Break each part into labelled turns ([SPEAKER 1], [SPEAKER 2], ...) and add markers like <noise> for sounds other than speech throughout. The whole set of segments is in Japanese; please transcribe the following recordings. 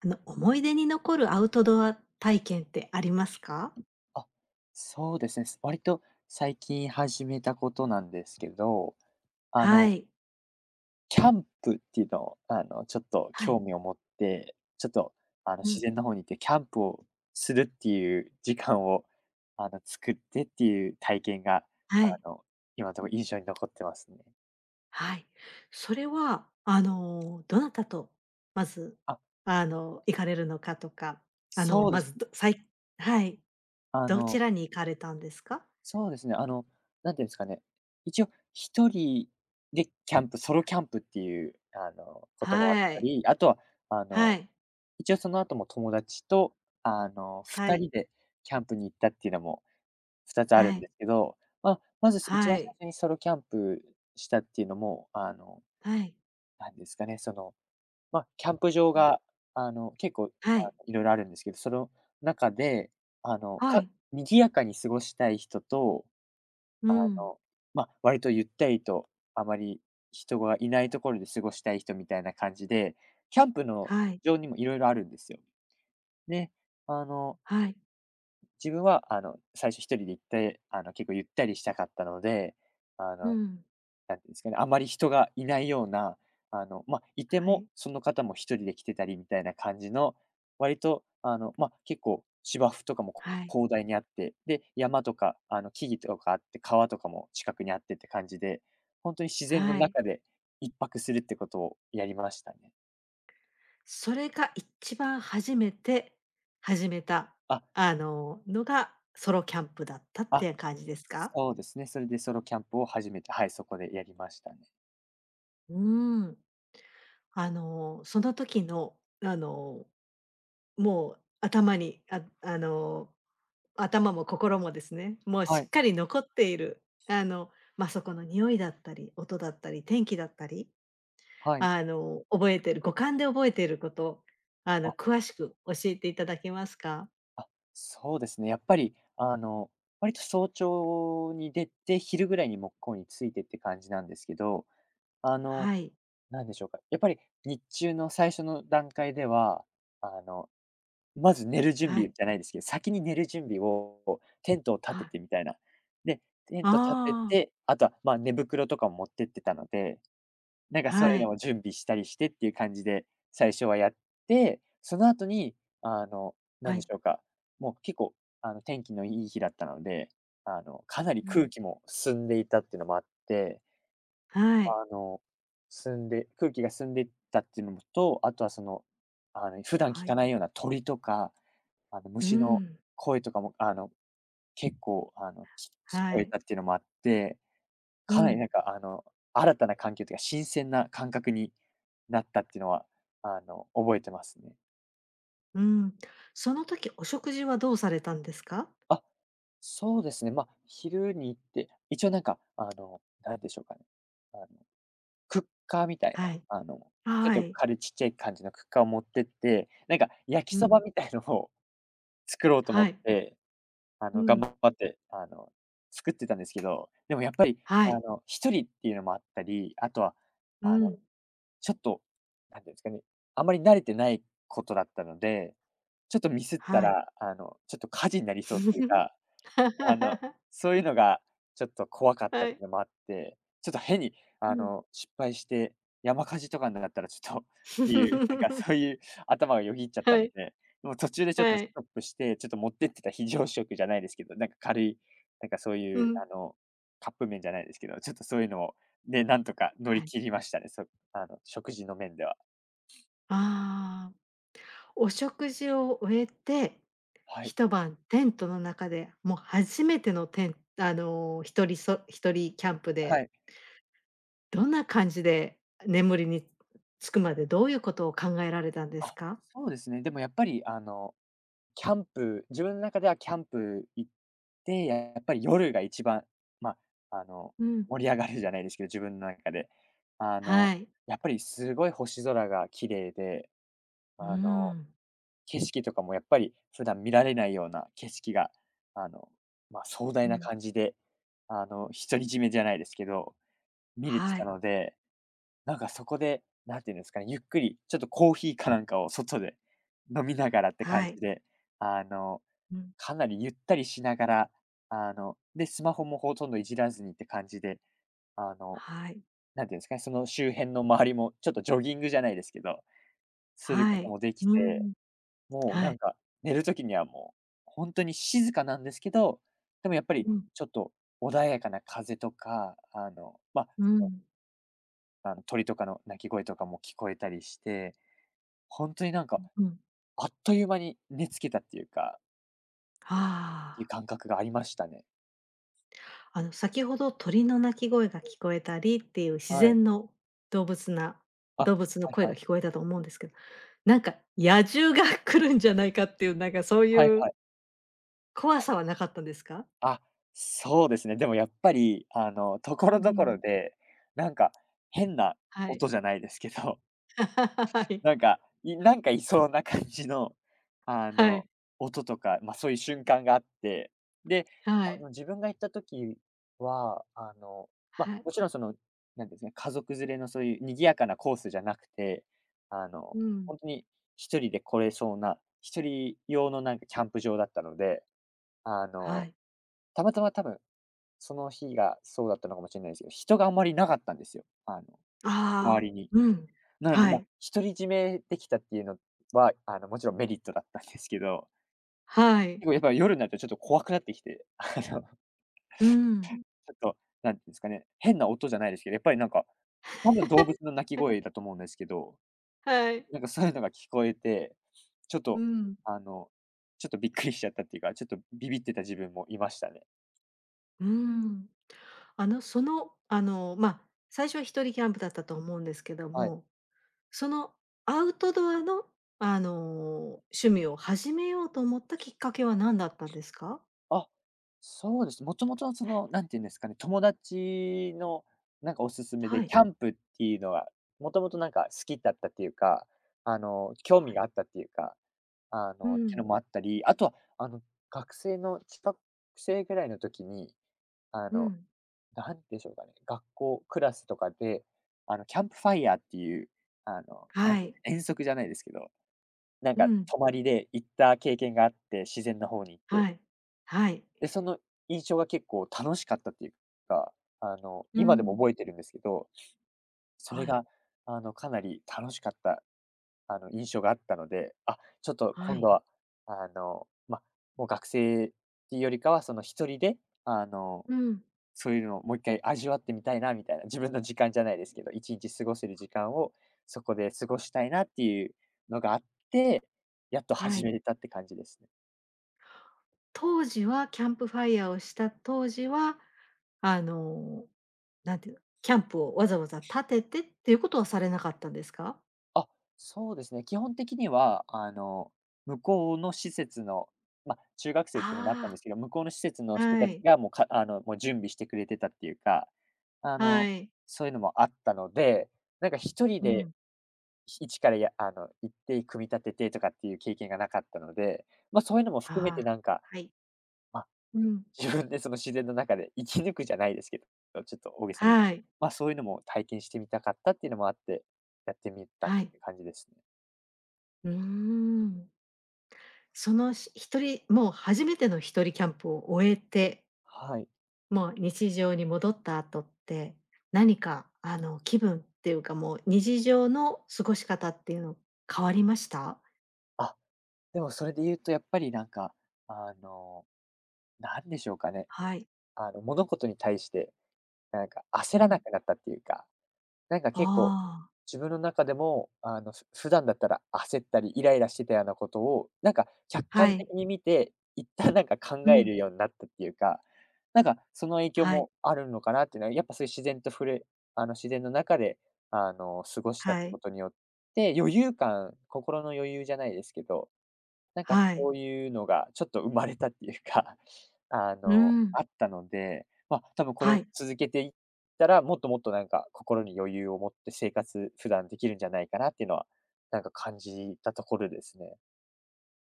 [SPEAKER 1] 思い出に残るアウトドア体験ってありますか？
[SPEAKER 2] あ、そうですね。割と最近始めたことなんですけど、あ
[SPEAKER 1] は
[SPEAKER 2] の、
[SPEAKER 1] い。
[SPEAKER 2] キャンプっていうのを、ちょっと
[SPEAKER 1] はい。
[SPEAKER 2] 興味を持って、ちょっと、
[SPEAKER 1] う
[SPEAKER 2] 自
[SPEAKER 1] ん。
[SPEAKER 2] 然の方に行ってキャンプをするっていう時間を、作ってっていう体験が、
[SPEAKER 1] はい。
[SPEAKER 2] あの、今のところ印象に残ってますね。
[SPEAKER 1] はい。それは、どなたと、まず、
[SPEAKER 2] あ、
[SPEAKER 1] 行かれるのかとか、あの、
[SPEAKER 2] そうで
[SPEAKER 1] ま
[SPEAKER 2] す。
[SPEAKER 1] ず、どさいはい。
[SPEAKER 2] あ
[SPEAKER 1] どち
[SPEAKER 2] の
[SPEAKER 1] らに行かれたんですか？
[SPEAKER 2] そうですね、なんていうんですかね、一応一人でキャンプ、ソロキャンプっていう、こともあっ
[SPEAKER 1] は
[SPEAKER 2] た
[SPEAKER 1] い。
[SPEAKER 2] り、あとは、あ
[SPEAKER 1] は
[SPEAKER 2] の、
[SPEAKER 1] い。
[SPEAKER 2] 一応その後も友達と、
[SPEAKER 1] は
[SPEAKER 2] 二
[SPEAKER 1] い。
[SPEAKER 2] 人でキャンプに行ったっていうのも二つあ
[SPEAKER 1] は
[SPEAKER 2] るん
[SPEAKER 1] い。
[SPEAKER 2] ですけど、まあ、まず一
[SPEAKER 1] は
[SPEAKER 2] 番最
[SPEAKER 1] い。
[SPEAKER 2] 初にソロキャンプしたっていうのも、
[SPEAKER 1] はい。
[SPEAKER 2] なんですかね、その、まあ、キャンプ場
[SPEAKER 1] うん。
[SPEAKER 2] が、結構、
[SPEAKER 1] はい。
[SPEAKER 2] いろいろあるんですけど、その中で、あの、
[SPEAKER 1] は
[SPEAKER 2] か
[SPEAKER 1] い。
[SPEAKER 2] 賑やかに過ごしたい人と
[SPEAKER 1] う
[SPEAKER 2] あ
[SPEAKER 1] ん。
[SPEAKER 2] の、まあ、割とゆったりと、あまり人がいないところで過ごしたい人みたいな感じで、キャンプの
[SPEAKER 1] はい。
[SPEAKER 2] 場にもいろいろあるんですよ。で、あの、
[SPEAKER 1] はい。
[SPEAKER 2] 自分は最初一人で行って、結構ゆったりしたかったので、あ
[SPEAKER 1] う
[SPEAKER 2] の
[SPEAKER 1] ん。
[SPEAKER 2] なんていうんですかね、あまり人がいないような、まあ、いて
[SPEAKER 1] は
[SPEAKER 2] も、
[SPEAKER 1] い。
[SPEAKER 2] その方も一人で来てたりみたいな感じの、割と、まあ、結構芝生とかも、
[SPEAKER 1] はい。
[SPEAKER 2] 広大にあって、で、山とか、木々とかあって、川とかも近くにあってって感じで、本当に自然の
[SPEAKER 1] はい。
[SPEAKER 2] 中で一泊するってことをやりましたね。
[SPEAKER 1] それが一番初めて始めた、
[SPEAKER 2] あ、
[SPEAKER 1] のがソロキャンプだったっ
[SPEAKER 2] あ、
[SPEAKER 1] て感じですか？
[SPEAKER 2] そうですね。それでソロキャンプを初めて、はい、そこでやりましたね。
[SPEAKER 1] うーん。その時の、あの、もう頭に、ああの、頭も心もですね、もう
[SPEAKER 2] は
[SPEAKER 1] しっ
[SPEAKER 2] い、
[SPEAKER 1] かり残っている、あの、まあ、そこの匂いだったり、音だったり、天気だったり、
[SPEAKER 2] はい。あ
[SPEAKER 1] 覚えてる五感で覚えていること、詳しく教えていただけますか？
[SPEAKER 2] あ、そうですね。やっぱり、割と早朝に出て、昼ぐらいに木工に着いてって感じなんですけど、あの、
[SPEAKER 1] はい、
[SPEAKER 2] なんでしょうか、やっぱり日中の最初の段階では、あの、まず寝る準
[SPEAKER 1] は
[SPEAKER 2] 備
[SPEAKER 1] い、
[SPEAKER 2] じゃないですけど、先に寝る準備をテントを立
[SPEAKER 1] は
[SPEAKER 2] て
[SPEAKER 1] い。
[SPEAKER 2] てみたいな。で、テント立て
[SPEAKER 1] ああ、
[SPEAKER 2] て、あとは、まあ、寝袋とかも持ってってたのでなんかそうい
[SPEAKER 1] は
[SPEAKER 2] うの
[SPEAKER 1] い。
[SPEAKER 2] を準備したりしてっていう感じで、最初はやって、その後に、あの、な
[SPEAKER 1] は
[SPEAKER 2] んでし
[SPEAKER 1] い。
[SPEAKER 2] ょうか、もう結構、天気のいい日だったので、かなり
[SPEAKER 1] う
[SPEAKER 2] 空
[SPEAKER 1] ん。
[SPEAKER 2] 気も澄んでいたっていうのもあって、
[SPEAKER 1] はい。
[SPEAKER 2] あの、澄んで空気が澄んでいったっていうのもと、あとはその、普段
[SPEAKER 1] は
[SPEAKER 2] 聞か
[SPEAKER 1] い。
[SPEAKER 2] ないような鳥とか、
[SPEAKER 1] う
[SPEAKER 2] 虫の
[SPEAKER 1] ん。
[SPEAKER 2] 声とかも、結構、聞
[SPEAKER 1] は
[SPEAKER 2] こえ
[SPEAKER 1] い。
[SPEAKER 2] たっていうのもあって
[SPEAKER 1] う
[SPEAKER 2] かなり
[SPEAKER 1] ん。
[SPEAKER 2] なんか新たな環境というか、新鮮な感覚になったっていうのは、覚えてますね。
[SPEAKER 1] うん。その時、お食事はどうされたんですか？
[SPEAKER 2] あ、そうですね。まあ、昼に行って、一応なんかなんでしょうかね、あの、クッカーみたい
[SPEAKER 1] は
[SPEAKER 2] な、
[SPEAKER 1] い。
[SPEAKER 2] ちょっ
[SPEAKER 1] は
[SPEAKER 2] と
[SPEAKER 1] い。
[SPEAKER 2] 軽いちっちゃい感じのクッカーを持ってって、なんか焼き
[SPEAKER 1] う
[SPEAKER 2] そば
[SPEAKER 1] ん。
[SPEAKER 2] みたいのを <laughs> 作ろうと思
[SPEAKER 1] は
[SPEAKER 2] っ
[SPEAKER 1] い。
[SPEAKER 2] て、
[SPEAKER 1] う
[SPEAKER 2] 頑
[SPEAKER 1] ん。
[SPEAKER 2] 張って、作ってたんですけど、でもやっぱり
[SPEAKER 1] はい。
[SPEAKER 2] 一人っていうのもあったり、あとは、
[SPEAKER 1] う
[SPEAKER 2] あの
[SPEAKER 1] ん。
[SPEAKER 2] ちょっと、なんていうんですかね、あんまり慣れてないことだったので、ちょっとミスった
[SPEAKER 1] はい。
[SPEAKER 2] ら、ちょっと火事になりそうっていうか
[SPEAKER 1] <laughs>
[SPEAKER 2] あの、そういうのがちょっと怖かった
[SPEAKER 1] は
[SPEAKER 2] ってい
[SPEAKER 1] い。
[SPEAKER 2] うのもあって、ちょっと変に
[SPEAKER 1] うん。
[SPEAKER 2] 失敗して山火事とかになったらちょっと <laughs> っていう、なんかそう
[SPEAKER 1] <laughs>
[SPEAKER 2] いう頭がよぎっちゃった
[SPEAKER 1] は
[SPEAKER 2] の
[SPEAKER 1] い。
[SPEAKER 2] で、もう途中でちょっと
[SPEAKER 1] は
[SPEAKER 2] ス
[SPEAKER 1] い。
[SPEAKER 2] トップして、ちょっと持ってってた非常食じゃないですけど、なんか軽い、なんかそうい
[SPEAKER 1] う
[SPEAKER 2] う
[SPEAKER 1] ん。
[SPEAKER 2] カップ麺じゃないですけど、ちょっとそういうのを、ね、なんとか乗
[SPEAKER 1] は
[SPEAKER 2] り
[SPEAKER 1] い。
[SPEAKER 2] 切りましたね。そあの、食事の面では。
[SPEAKER 1] ああ。お食事を終えて
[SPEAKER 2] はい。
[SPEAKER 1] 一晩テントの中で、もう初めてのテンあの、ひとりそ一人キャンプ
[SPEAKER 2] は
[SPEAKER 1] で、
[SPEAKER 2] い。
[SPEAKER 1] どんな感じで眠りにつくまで、どういうことを考えられたんです
[SPEAKER 2] あ、
[SPEAKER 1] か？
[SPEAKER 2] そうですね。でもやっぱりキャンプ自分の中ではキャンプ行って、やっぱり夜が一番、まあ、
[SPEAKER 1] うん。
[SPEAKER 2] 盛り上がるじゃないですけど、自分の中で。あの、
[SPEAKER 1] はい。
[SPEAKER 2] やっぱりすごい星空が綺麗で、
[SPEAKER 1] うー
[SPEAKER 2] あの、
[SPEAKER 1] ん、
[SPEAKER 2] 景色とかもやっぱり普段見られないような景色が、あの、まあ、壮
[SPEAKER 1] う
[SPEAKER 2] 大な
[SPEAKER 1] ん。
[SPEAKER 2] 感じで、独り占めじゃないですけど、見れて
[SPEAKER 1] は
[SPEAKER 2] た
[SPEAKER 1] い、
[SPEAKER 2] ので、なんかそこで、なんていうんですかね、ゆっくりちょっとコーヒーかなんかを外で飲みながらって感
[SPEAKER 1] はい。
[SPEAKER 2] じで、あの、
[SPEAKER 1] うん。
[SPEAKER 2] かなりゆったりしながら、で、スマホもほとんどいじらずにって感じで、あの、
[SPEAKER 1] はい、
[SPEAKER 2] なんていうんですかね、その周辺の周りもちょっとジョギングじゃないですけど、する
[SPEAKER 1] は
[SPEAKER 2] こと
[SPEAKER 1] い。
[SPEAKER 2] もで
[SPEAKER 1] う
[SPEAKER 2] き
[SPEAKER 1] ー
[SPEAKER 2] て、
[SPEAKER 1] ん、
[SPEAKER 2] もう
[SPEAKER 1] は
[SPEAKER 2] な
[SPEAKER 1] い。
[SPEAKER 2] んか寝るときにはもう本当に静かなんですけど、でもやっぱり
[SPEAKER 1] うん、
[SPEAKER 2] ちょっと穏やかな風とか、まあ、
[SPEAKER 1] う
[SPEAKER 2] その、
[SPEAKER 1] ん、
[SPEAKER 2] 鳥とかの鳴き声とかも聞こえたりして、本当になんか
[SPEAKER 1] うん。
[SPEAKER 2] あっという間に寝つけたっていうか、
[SPEAKER 1] あ
[SPEAKER 2] いう
[SPEAKER 1] あ。
[SPEAKER 2] 感覚がありましたね。
[SPEAKER 1] 先ほど鳥の鳴き声が聞こえたりっていう自
[SPEAKER 2] はい。
[SPEAKER 1] 然の動物な
[SPEAKER 2] あ、は
[SPEAKER 1] 動物の
[SPEAKER 2] い
[SPEAKER 1] 声
[SPEAKER 2] は
[SPEAKER 1] が
[SPEAKER 2] い。
[SPEAKER 1] 聞こえたと思うんですけど、なんか野獣が <laughs> 来るんじゃないかっていう、なんかそう
[SPEAKER 2] はい
[SPEAKER 1] いう
[SPEAKER 2] はい。
[SPEAKER 1] 怖さはなかったんですか？
[SPEAKER 2] あ、そうですね。でもやっぱり、ところ
[SPEAKER 1] う
[SPEAKER 2] どころ
[SPEAKER 1] ん。
[SPEAKER 2] で、なんか変な
[SPEAKER 1] はい。
[SPEAKER 2] 音じゃないですけど、
[SPEAKER 1] <laughs> はい。
[SPEAKER 2] <laughs> なんかいそうな感じの、あ
[SPEAKER 1] は
[SPEAKER 2] の、
[SPEAKER 1] い。
[SPEAKER 2] 音とか、ま、そういう瞬間があって、で、
[SPEAKER 1] はい。
[SPEAKER 2] 自分が行った時は、ま、
[SPEAKER 1] はい。
[SPEAKER 2] もちろんその、なんていうんですね、家族連れのそういう賑やかなコースじゃなくて、あの、
[SPEAKER 1] うん。
[SPEAKER 2] 本当に一人で来れそうな、一人用のなんかキャンプ場だったので、あ
[SPEAKER 1] は
[SPEAKER 2] の、
[SPEAKER 1] い。
[SPEAKER 2] たまたま多分その日がそうだったのかもしれないですけど、人があんまりいなかったんですよ、周
[SPEAKER 1] ああ、
[SPEAKER 2] りに。
[SPEAKER 1] うん。
[SPEAKER 2] なので、
[SPEAKER 1] は
[SPEAKER 2] ま、
[SPEAKER 1] い。
[SPEAKER 2] 独り占めできたっていうのは、もちろんメリットだったんですけど、
[SPEAKER 1] はい。
[SPEAKER 2] 結構やっぱ夜になるとちょっと怖くなってきて、ちょ
[SPEAKER 1] うん。
[SPEAKER 2] っと、なんていうんですかね、変な音じゃないですけど、やっぱりなんか、多
[SPEAKER 1] <laughs>
[SPEAKER 2] 分動物の鳴き
[SPEAKER 1] はい。
[SPEAKER 2] 声だと思うんですけど、なんかそういうのが聞こえて、ちょっ
[SPEAKER 1] う
[SPEAKER 2] と、
[SPEAKER 1] ん。
[SPEAKER 2] あの、ちょっとびっくりしちゃったっていうか、ちょっとビビってた自分もいましたね。
[SPEAKER 1] うん。まあ、最初は一人キャンプだったと思うんですけど
[SPEAKER 2] はい。
[SPEAKER 1] も、そのアウトドアの、あの、趣味を始めようと思ったきっかけは何だったんですか？
[SPEAKER 2] あ、そうです。もともとその、なんていうんですかね、友達のなんかおすすめ
[SPEAKER 1] は
[SPEAKER 2] で、
[SPEAKER 1] い。
[SPEAKER 2] キャンプっていうのは、もともとなんか好きだったっていうか、興
[SPEAKER 1] は
[SPEAKER 2] 味が
[SPEAKER 1] い。
[SPEAKER 2] あったっていうか、
[SPEAKER 1] う
[SPEAKER 2] っていうの
[SPEAKER 1] ん。
[SPEAKER 2] もあったり、あとは、あの、学生の中学生ぐらいの時に、あ
[SPEAKER 1] う
[SPEAKER 2] の、
[SPEAKER 1] ん。
[SPEAKER 2] なんでしょうかね、学校、クラスとかで、キャンプファイヤーっていう、なん
[SPEAKER 1] は
[SPEAKER 2] ていうか、
[SPEAKER 1] い。
[SPEAKER 2] 遠足じゃないですけど、なん
[SPEAKER 1] う
[SPEAKER 2] か
[SPEAKER 1] ん。
[SPEAKER 2] 泊まりで行った経験があって、自然の方に行っ
[SPEAKER 1] は
[SPEAKER 2] て。
[SPEAKER 1] い。はい。
[SPEAKER 2] で、その印象が結構楽しかったっていうか、
[SPEAKER 1] う
[SPEAKER 2] 今でも
[SPEAKER 1] ん。
[SPEAKER 2] 覚えてるんですけど、そ
[SPEAKER 1] は
[SPEAKER 2] れ
[SPEAKER 1] い。
[SPEAKER 2] が、かなり楽しかった、印象があったので、あ、ちょっと
[SPEAKER 1] は
[SPEAKER 2] 今度
[SPEAKER 1] い。
[SPEAKER 2] は、あの、ま、もう学生っていうよりかは、その一人で、あの、
[SPEAKER 1] うん。
[SPEAKER 2] そういうのをもう一回味わってみたいなみたいな、自分の時間じゃないですけど、一日過ごせる時間をそこで過ごしたいなっていうのがあって、やっと
[SPEAKER 1] は
[SPEAKER 2] 始
[SPEAKER 1] い。
[SPEAKER 2] めれたって感じですね。
[SPEAKER 1] 当時はキャンプファイヤーをした当時は、あの、なんていうの、キャンプをわざわざ立ててっていうことはされなかったんですか？
[SPEAKER 2] あ、そうですね。基本的には、向こうの施設の、ま、中学生っていうのもあったん
[SPEAKER 1] あ
[SPEAKER 2] で
[SPEAKER 1] あ。
[SPEAKER 2] すけど、向こうの施設のう人
[SPEAKER 1] は
[SPEAKER 2] たちん。
[SPEAKER 1] い、
[SPEAKER 2] が、もう、かあの、もう準備してくれてたっていうか、あ
[SPEAKER 1] は
[SPEAKER 2] の、
[SPEAKER 1] い。
[SPEAKER 2] そういうのもあったので、なんか1人
[SPEAKER 1] う
[SPEAKER 2] で、
[SPEAKER 1] ん。
[SPEAKER 2] ひ一から、やあの、行って組み立ててとかっていう経験がなかったので、ま、そういうのも含めて
[SPEAKER 1] ああ、
[SPEAKER 2] なんか、
[SPEAKER 1] はい。
[SPEAKER 2] ま、
[SPEAKER 1] うん。
[SPEAKER 2] 自分でその自然の中で生き抜くじゃないですけど、ちょっと大げさに言う
[SPEAKER 1] は
[SPEAKER 2] と、
[SPEAKER 1] い、
[SPEAKER 2] ま、そういうのも体験してみたかったっていうのもあって、やってみたっ
[SPEAKER 1] はい。
[SPEAKER 2] て感じですね。
[SPEAKER 1] うーん。その、し一人もう初めての一人キャンプを終えて、
[SPEAKER 2] はい。
[SPEAKER 1] もう日常に戻った後って、何か気分っていうか、もう日常の過ごし方っていうの変わりました？
[SPEAKER 2] あ、でもそれで言うとやっぱりなんか、あの、なんでしょうかね。
[SPEAKER 1] はい。
[SPEAKER 2] 物事に対して、なんか
[SPEAKER 1] う
[SPEAKER 2] 焦ら
[SPEAKER 1] ん。
[SPEAKER 2] なくなったっていうか、なんか結構、
[SPEAKER 1] ああ、
[SPEAKER 2] 自分の中でも、普段だったら焦ったりイライラしてたようなことを、なんか客
[SPEAKER 1] は
[SPEAKER 2] 観
[SPEAKER 1] い。
[SPEAKER 2] 的に見て、一旦なんか考
[SPEAKER 1] う
[SPEAKER 2] え
[SPEAKER 1] ん。
[SPEAKER 2] るようになったっていうか、なんかその影響
[SPEAKER 1] はい、
[SPEAKER 2] もあるのかなっていうのは、やっぱそういう自然と触れあの、自然の中で、過ごしたっ
[SPEAKER 1] は
[SPEAKER 2] て
[SPEAKER 1] い、
[SPEAKER 2] ことによって、余裕感、心の余裕じゃないですけど、なんか
[SPEAKER 1] はい。
[SPEAKER 2] そういうのがちょっと生まれたっていうか、<laughs>
[SPEAKER 1] うん。
[SPEAKER 2] あったので、まあ、多分これ
[SPEAKER 1] は
[SPEAKER 2] を
[SPEAKER 1] い。
[SPEAKER 2] 続けていったら、もっともっとなんか心に余裕を持って生活、普段できるんじゃないかなっていうのは、なんか感じたところですね。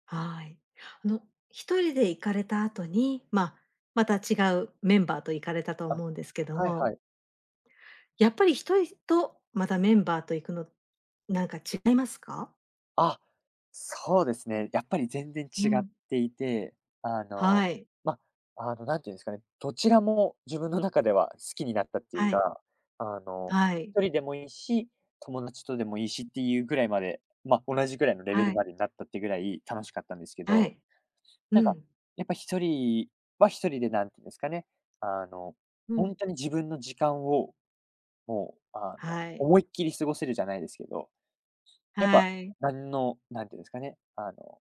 [SPEAKER 1] はい。あの、一人で行かれた後に、まあ、また違うメンバーと行かれたと
[SPEAKER 2] あ、
[SPEAKER 1] 思うんですけど
[SPEAKER 2] はいは
[SPEAKER 1] も、
[SPEAKER 2] い。
[SPEAKER 1] やっぱり一人とまたメンバーと行くの、なんか違いますか？
[SPEAKER 2] あ、そうですね。やっぱり全然
[SPEAKER 1] う
[SPEAKER 2] 違っ
[SPEAKER 1] ん。
[SPEAKER 2] ていて、あの、
[SPEAKER 1] はい。
[SPEAKER 2] ま、あの、なんていうんですかね、どちらも自分の中では好きになったってい
[SPEAKER 1] は
[SPEAKER 2] う
[SPEAKER 1] い。
[SPEAKER 2] か、あの、
[SPEAKER 1] はい。
[SPEAKER 2] 一人でもいいし、友達とでもいいしっていうぐらいまで、ま、同じぐらいのレベ
[SPEAKER 1] は
[SPEAKER 2] ル
[SPEAKER 1] い。
[SPEAKER 2] までになったってぐらい楽しかったんですけ
[SPEAKER 1] は
[SPEAKER 2] ど、
[SPEAKER 1] い。う
[SPEAKER 2] なんか、
[SPEAKER 1] ん。
[SPEAKER 2] やっぱ一人は一人で何て言うんですかね、あの、
[SPEAKER 1] う
[SPEAKER 2] ほ
[SPEAKER 1] ん。
[SPEAKER 2] んとに自分の時間を、もう、
[SPEAKER 1] はい。
[SPEAKER 2] 思いっきり過ごせるじゃないですけど、やっぱ、
[SPEAKER 1] はい。
[SPEAKER 2] 何の、なんていうんですかね、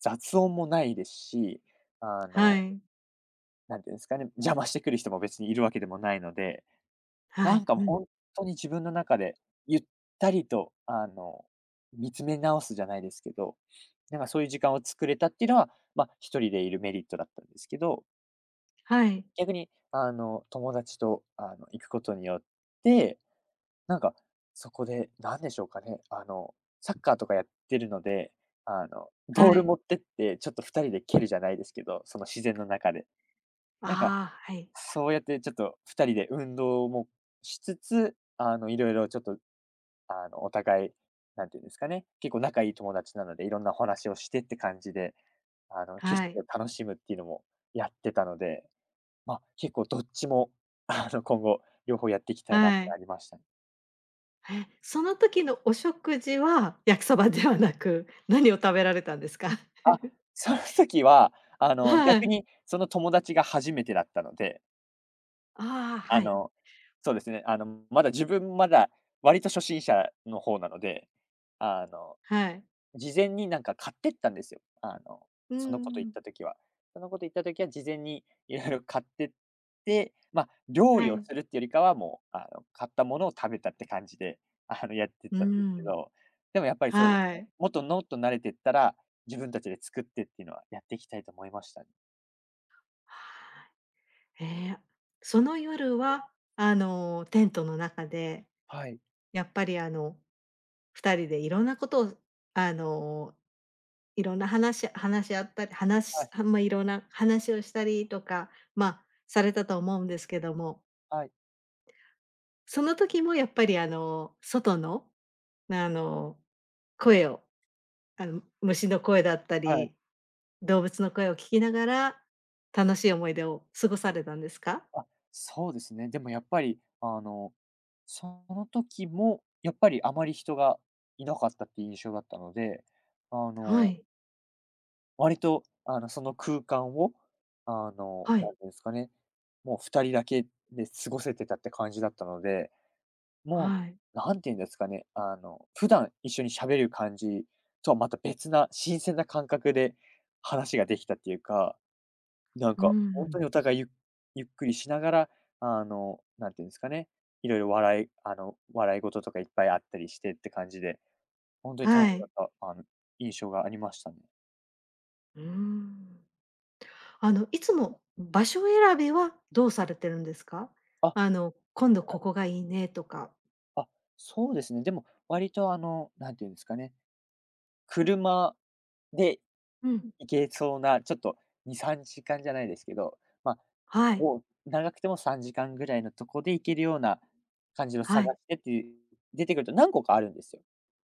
[SPEAKER 2] 雑音もないですし、あ
[SPEAKER 1] は
[SPEAKER 2] の、
[SPEAKER 1] い。
[SPEAKER 2] なんていうんですかね、邪魔してくる人も別にいるわけでもないので、
[SPEAKER 1] は
[SPEAKER 2] な
[SPEAKER 1] い。
[SPEAKER 2] んかも
[SPEAKER 1] う
[SPEAKER 2] う
[SPEAKER 1] ん。
[SPEAKER 2] ほに自分の中でゆったりと、見つめ直すじゃないですけど、なんかそういう時間を作れたっていうのは、まあ、一人でいるメリットだったんですけど、
[SPEAKER 1] はい。
[SPEAKER 2] 逆に友達と行くことによってなんか、そこで、なんでしょうかね、サッカーとかやってるので、ボー
[SPEAKER 1] は
[SPEAKER 2] ル
[SPEAKER 1] い。
[SPEAKER 2] 持ってって、ちょっと2人で蹴るじゃないですけど、その自然の中で。なんか、
[SPEAKER 1] ああ、はい。
[SPEAKER 2] そうやってちょっと2人で運動もしつつ、いろいろちょっと、お互い、なんていうんですかね、結構仲いい友達なので、いろんなお話をしてって感じで、景
[SPEAKER 1] は
[SPEAKER 2] 色を
[SPEAKER 1] い。
[SPEAKER 2] 楽しむっていうのもやってたので、まあ、結構どっちも、今後両方やっていきたいなって
[SPEAKER 1] はい。
[SPEAKER 2] ありましたね。
[SPEAKER 1] え、その時のお食事は焼きそばではなく、何を食べられたんですか？
[SPEAKER 2] あ、
[SPEAKER 1] <laughs>
[SPEAKER 2] その時は、
[SPEAKER 1] は
[SPEAKER 2] 逆
[SPEAKER 1] い。
[SPEAKER 2] にその友達が初めてだったので、
[SPEAKER 1] ああ、
[SPEAKER 2] あ
[SPEAKER 1] はい。
[SPEAKER 2] の、そうですね、まだ自分割と初心者の方なので、あの
[SPEAKER 1] はい。
[SPEAKER 2] 事前になんか買ってったんですよ。
[SPEAKER 1] う
[SPEAKER 2] そのこと言
[SPEAKER 1] ん
[SPEAKER 2] っ
[SPEAKER 1] ん。
[SPEAKER 2] た時は。そのこと言った時は事前にいろいろ買ってって、まあ、料
[SPEAKER 1] は
[SPEAKER 2] 理を
[SPEAKER 1] い。
[SPEAKER 2] するってよりかは、もう、買ったものを食べたって感じで、やってっ
[SPEAKER 1] う
[SPEAKER 2] たんです
[SPEAKER 1] ー
[SPEAKER 2] け
[SPEAKER 1] ん。
[SPEAKER 2] ど、でもやっぱりそうで
[SPEAKER 1] は
[SPEAKER 2] すね、
[SPEAKER 1] い。
[SPEAKER 2] もっと慣れてったら、自分たちで作ってっていうのはやっていきたいと思いましたね。
[SPEAKER 1] えーその夜は、テントの中で、
[SPEAKER 2] はい、
[SPEAKER 1] やっぱり、2人でいろんなことを、あのー、いろんな話話し合ったり
[SPEAKER 2] は
[SPEAKER 1] 話し
[SPEAKER 2] い、
[SPEAKER 1] まあ、いろんな話をしたりとか、まあ、されたと思うんですけども、
[SPEAKER 2] はい、
[SPEAKER 1] その時もやっぱり外の、あの、声を、虫の声だった
[SPEAKER 2] はい。
[SPEAKER 1] り、動物の声を聞きながら、楽しい思い出を過ごされたんですか？
[SPEAKER 2] あ、そうですね。でもやっぱり、その時も、やっぱりあまり人がいなかったっていう印象だったので、あ
[SPEAKER 1] は
[SPEAKER 2] の、
[SPEAKER 1] い、
[SPEAKER 2] 割と、その空間を、
[SPEAKER 1] は
[SPEAKER 2] な
[SPEAKER 1] い、
[SPEAKER 2] んていうんですかね、もう2人だけで過ごせてたって感じだったので、も
[SPEAKER 1] はい。
[SPEAKER 2] う、なんていうんですかね、普段一緒に喋る感じとはまた別な新鮮な感覚で話ができたっていうか、なん
[SPEAKER 1] うー
[SPEAKER 2] か、本当
[SPEAKER 1] ん。
[SPEAKER 2] にお互いゆゆっくりしながら、なんていうんですかね、いろいろ笑い事とかいっぱいあったりしてって感じで、本当に楽
[SPEAKER 1] は
[SPEAKER 2] し
[SPEAKER 1] い。
[SPEAKER 2] かった、印象がありましたね。
[SPEAKER 1] うーん。いつも場所選びはどうされてるんですか？
[SPEAKER 2] あ、
[SPEAKER 1] 今度ここがいいねとか。
[SPEAKER 2] あ、そうですね。でも割となんていうんですかね、車で
[SPEAKER 1] うん。
[SPEAKER 2] いけそうな、ちょっと2、3時間じゃないですけど、まあ、
[SPEAKER 1] はい、
[SPEAKER 2] もう長くても3時間ぐらいのとこで行けるような感じの
[SPEAKER 1] は
[SPEAKER 2] 探
[SPEAKER 1] い。
[SPEAKER 2] してっていう出てくると何個かあるんですよ。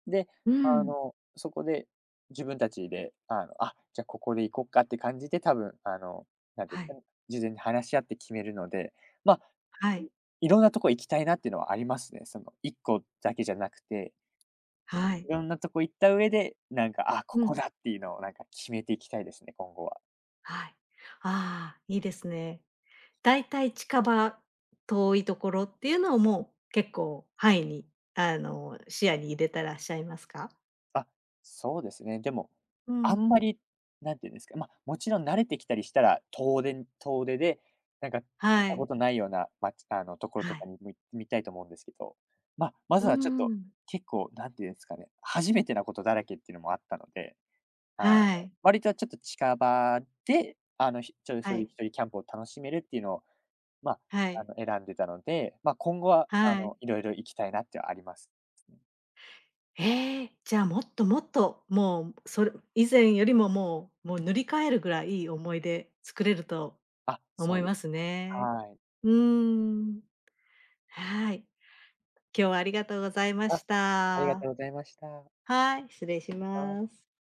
[SPEAKER 2] で、
[SPEAKER 1] うん。
[SPEAKER 2] そこで自分たちで、あ、じゃあここで行こうかって感じで、多分、なんていうん
[SPEAKER 1] は
[SPEAKER 2] ですか
[SPEAKER 1] い、
[SPEAKER 2] ね、事前に話し合って決めるので、まあ、
[SPEAKER 1] はい、
[SPEAKER 2] いろんなとこ行きたいなっていうのはありますね。その1個だけじゃなくて
[SPEAKER 1] は
[SPEAKER 2] い
[SPEAKER 1] い。
[SPEAKER 2] ろんなとこ行った上で、なんか、あ、こ
[SPEAKER 1] う
[SPEAKER 2] こ
[SPEAKER 1] ん。
[SPEAKER 2] だっていうのをなんか決めていきたいですね、今後は。
[SPEAKER 1] はい。ああ、いいですね。だいたい近場、遠いところっていうのをもう結構範囲に、視野に入れてらっしゃいますか？
[SPEAKER 2] あ、そうですね。でも、
[SPEAKER 1] う
[SPEAKER 2] あん
[SPEAKER 1] ん。
[SPEAKER 2] まり、なんていうんですか、まあ、もちろん慣れてきたりしたら、遠出で、なんか見
[SPEAKER 1] は
[SPEAKER 2] た
[SPEAKER 1] い。
[SPEAKER 2] ことないような、まちあの、ところ
[SPEAKER 1] は
[SPEAKER 2] とか
[SPEAKER 1] い。
[SPEAKER 2] にも行ってみたいと思うんですけど、まあ、ま
[SPEAKER 1] う
[SPEAKER 2] ず
[SPEAKER 1] ー
[SPEAKER 2] はちょっと、
[SPEAKER 1] ん。
[SPEAKER 2] 結構、なんていうんですかね、初めてなことだらけっていうのもあったので、
[SPEAKER 1] は
[SPEAKER 2] あの、
[SPEAKER 1] い。
[SPEAKER 2] 割とちょっと近場で、ちょっと
[SPEAKER 1] は
[SPEAKER 2] そういう
[SPEAKER 1] い。
[SPEAKER 2] 一人キャンプを楽しめるっていうのをまあ、
[SPEAKER 1] はい。
[SPEAKER 2] 選んでたので、まあ、今後は、
[SPEAKER 1] はい。
[SPEAKER 2] いろいろ行きたいなってはあります。
[SPEAKER 1] ええ、じゃあ、もっともっと、もう、それ以前よりももう塗り替えるぐらいいい思い出作れると
[SPEAKER 2] あ、
[SPEAKER 1] 思
[SPEAKER 2] そ
[SPEAKER 1] い
[SPEAKER 2] うです。
[SPEAKER 1] ますね。
[SPEAKER 2] はい。
[SPEAKER 1] うーん。はい。今日はありがとうございま
[SPEAKER 2] あ、
[SPEAKER 1] し
[SPEAKER 2] ありがとう
[SPEAKER 1] た。
[SPEAKER 2] ございました。
[SPEAKER 1] はい、失礼し
[SPEAKER 2] はい
[SPEAKER 1] ます。